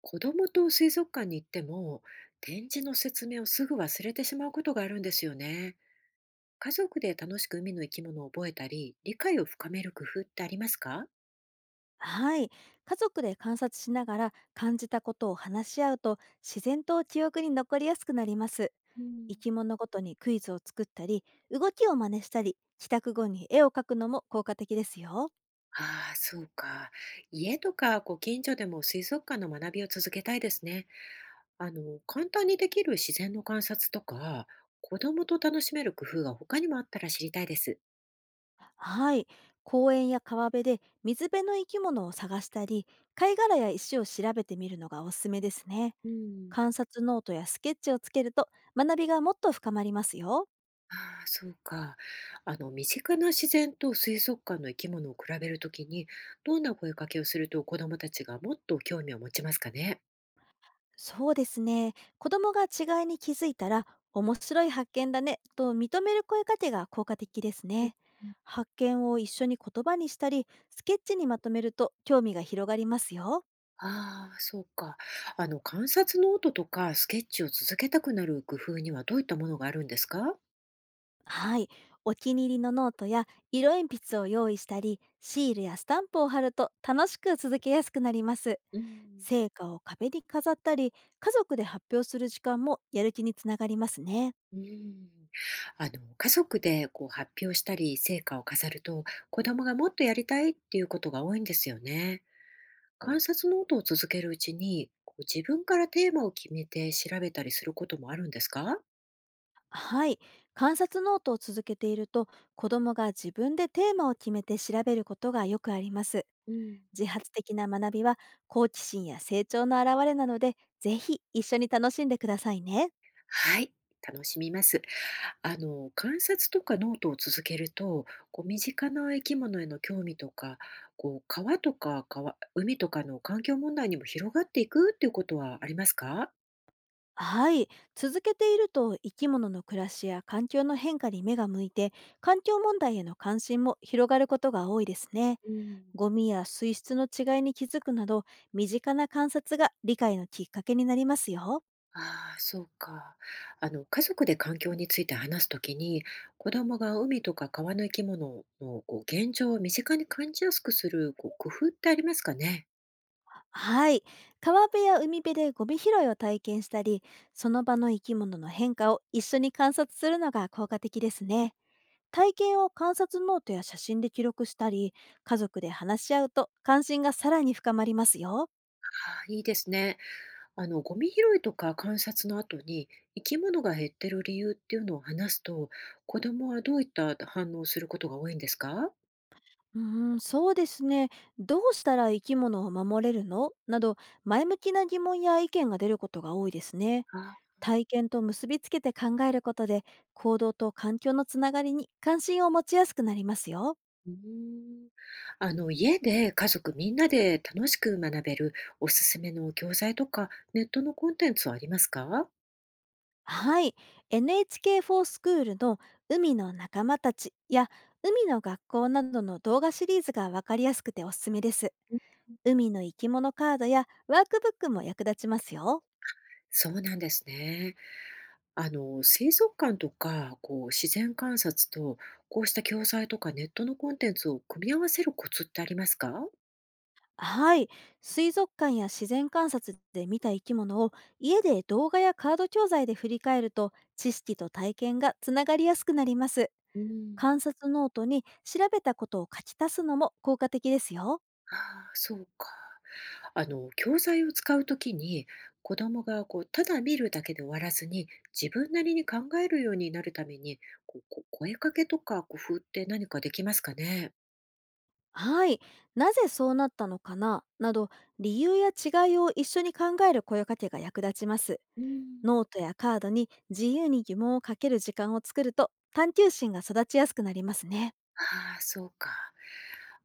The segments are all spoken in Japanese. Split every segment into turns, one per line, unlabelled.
子供と水族館に行っても展示の説明をすぐ忘れてしまうことがあるんですよね。家族で楽しく海の生き物を覚えたり理解を深める工夫ってありますか？
はい。家族で観察しながら感じたことを話し合うと自然と記憶に残りやすくなります。
うん、
生き物ごとにクイズを作ったり、動きを真似したり、帰宅後に絵を描くのも効果的ですよ。
ああ、そうか。家とかご近所でも水族館の学びを続けたいですね。簡単にできる自然の観察とか子供と楽しめる工夫が他にもあったら知りたいです。
はい。公園や川辺で水辺の生き物を探したり、貝殻や石を調べてみるのがおすすめですね。
うん。
観察ノートやスケッチをつけると、学びがもっと深まりますよ。
ああ、そうか。身近な自然と水族館の生き物を比べるときに、どんな声かけをすると子どもたちがもっと興味を持ちますかね。
そうですね。子供が違いに気づいたら、面白い発見だねと認める声かけが効果的です
うん。
ね。発見を一緒に言葉にしたり、スケッチにまとめると興味が広がりますよ。
ああ、そうか。観察ノートとかスケッチを続けたくなる工夫にはどういったものがあるんですか？
はい。お気に入りのノートや色鉛筆を用意したり、シールやスタンプを貼ると楽しく続けやすくなります。
うん、
成果を壁に飾ったり、家族で発表する時間もやる気につながりますね。
うん。あの、家族で発表したり成果を飾ると、子どもがもっとやりたいっていうことが多いんですよね。観察ノートを続けるうちに、自分からテーマを決めて調べたりすることもあるんですか？
はい。観察ノートを続けていると、子供が自分でテーマを決めて調べることがよくあります。
うん。
自発的な学びは好奇心や成長の表れなので、ぜひ一緒に楽しんでくださいね。
はい、楽しみます。観察とかノートを続けると、身近な生き物への興味とか、川、海とかの環境問題にも広がっていくっていうことはありますか？
はい。続けていると、生き物の暮らしや環境の変化に目が向いて、環境問題への関心も広がることが多いですね。
うん。
ゴミや水質の違いに気づくなど、身近な観察が理解のきっかけになりますよ。
ああ、そうか。家族で環境について話すときに、子供が海とか川の生き物の現状を身近に感じやすくする工夫ってありますかね？
はい。川辺や海辺でゴミ拾いを体験したり、その場の生き物の変化を一緒に観察するのが効果的ですね。体験を観察ノートや写真で記録したり、家族で話し合うと関心がさらに深まりますよ。
ああ、いいですね。ゴミ拾いとか観察の後に、生き物が減ってる理由っていうのを話すと、子供はどういった反応をすることが多いんですか？
そうですね。どうしたら生き物を守れるのなど、前向きな疑問や意見が出ることが多いですね。
あ、
体験と結びつけて考えることで、行動と環境のつながりに関心を持ちやすくなりますよ。
うーん。家で家族みんなで楽しく学べるおすすめの教材とか、ネットのコンテンツはありますか？
はい。NHK フォースクールの海の仲間たちや海の学校などの動画シリーズが、わかりやすくておすすめです。海の生き物カードやワークブックも役立ちますよ。
そうなんですね。水族館とか、自然観察と、こうした教材とかネットのコンテンツを組み合わせるコツってありますか？
はい。水族館や自然観察で見た生き物を、家で動画やカード教材で振り返ると、知識と体験がつながりやすくなります。
うん、
観察ノートに調べたことを書き足すのも効果的ですよ。
ああ、そうか。教材を使うときに、子供がただ見るだけで終わらずに、自分なりに考えるようになるために、声かけとか工夫って何かできますかね？
はい、なぜそうなったのかななど、理由や違いを一緒に考える声かけが役立ちます。
うん。
ノートやカードに自由に疑問をかける時間を作ると、探求心が育ちやすくなりますね。
ああ、そうか。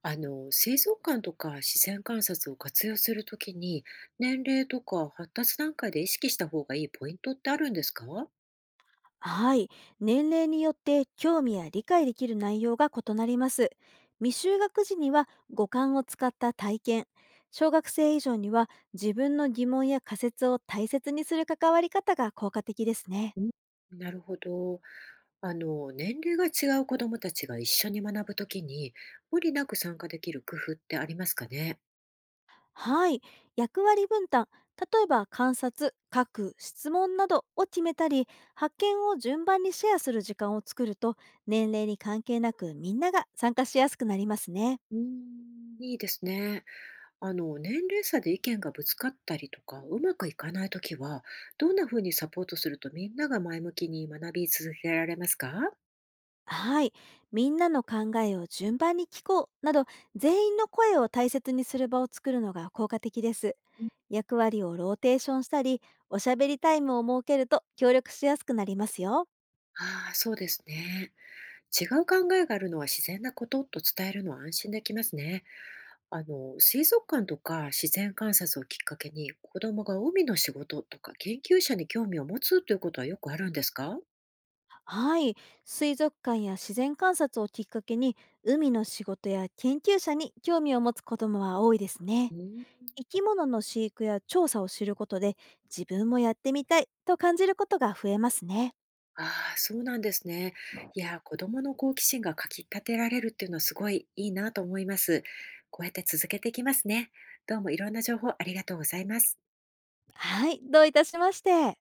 水族館とか自然観察を活用するときに年齢とか発達段階で意識した方がいいポイントってあるんですか？
はい、年齢によって興味や理解できる内容が異なります。未就学時には五感を使った体験、小学生以上には自分の疑問や仮説を大切にする関わり方が効果的ですね。
うん。なるほど。年齢が違う子どもたちが一緒に学ぶときに無理なく参加できる工夫ってありますかね？
はい、役割分担、例えば観察、書く、質問などを決めたり、発見を順番にシェアする時間を作ると、年齢に関係なくみんなが参加しやすくなりますね。
うーん。いいですね。年齢差で意見がぶつかったりとかうまくいかないときはどんなふうにサポートするとみんなが前向きに学び続けられますか？
はい、みんなの考えを順番に聞こうなど、全員の声を大切にする場を作るのが効果的です。役割をローテーションしたり、おしゃべりタイムを設けると協力しやすくなりますよ。
ああー、そうですね。違う考えがあるのは自然なことと伝えるのは安心できますね。水族館とか自然観察をきっかけに子どもが海の仕事とか研究者に興味を持つということはよくあるんですか？
はい、水族館や自然観察をきっかけに、海の仕事や研究者に興味を持つ子どもは多いですね。
うん。
生き物の飼育や調査を知ることで、自分もやってみたいと感じることが増えますね。
ああ、そうなんですね。いやー、子どもの好奇心がかき立てられるっていうのはすごいいいなと思います。こうやって続けていきますね。どうもいろんな情報ありがとうございます。
はい、どういたしまして。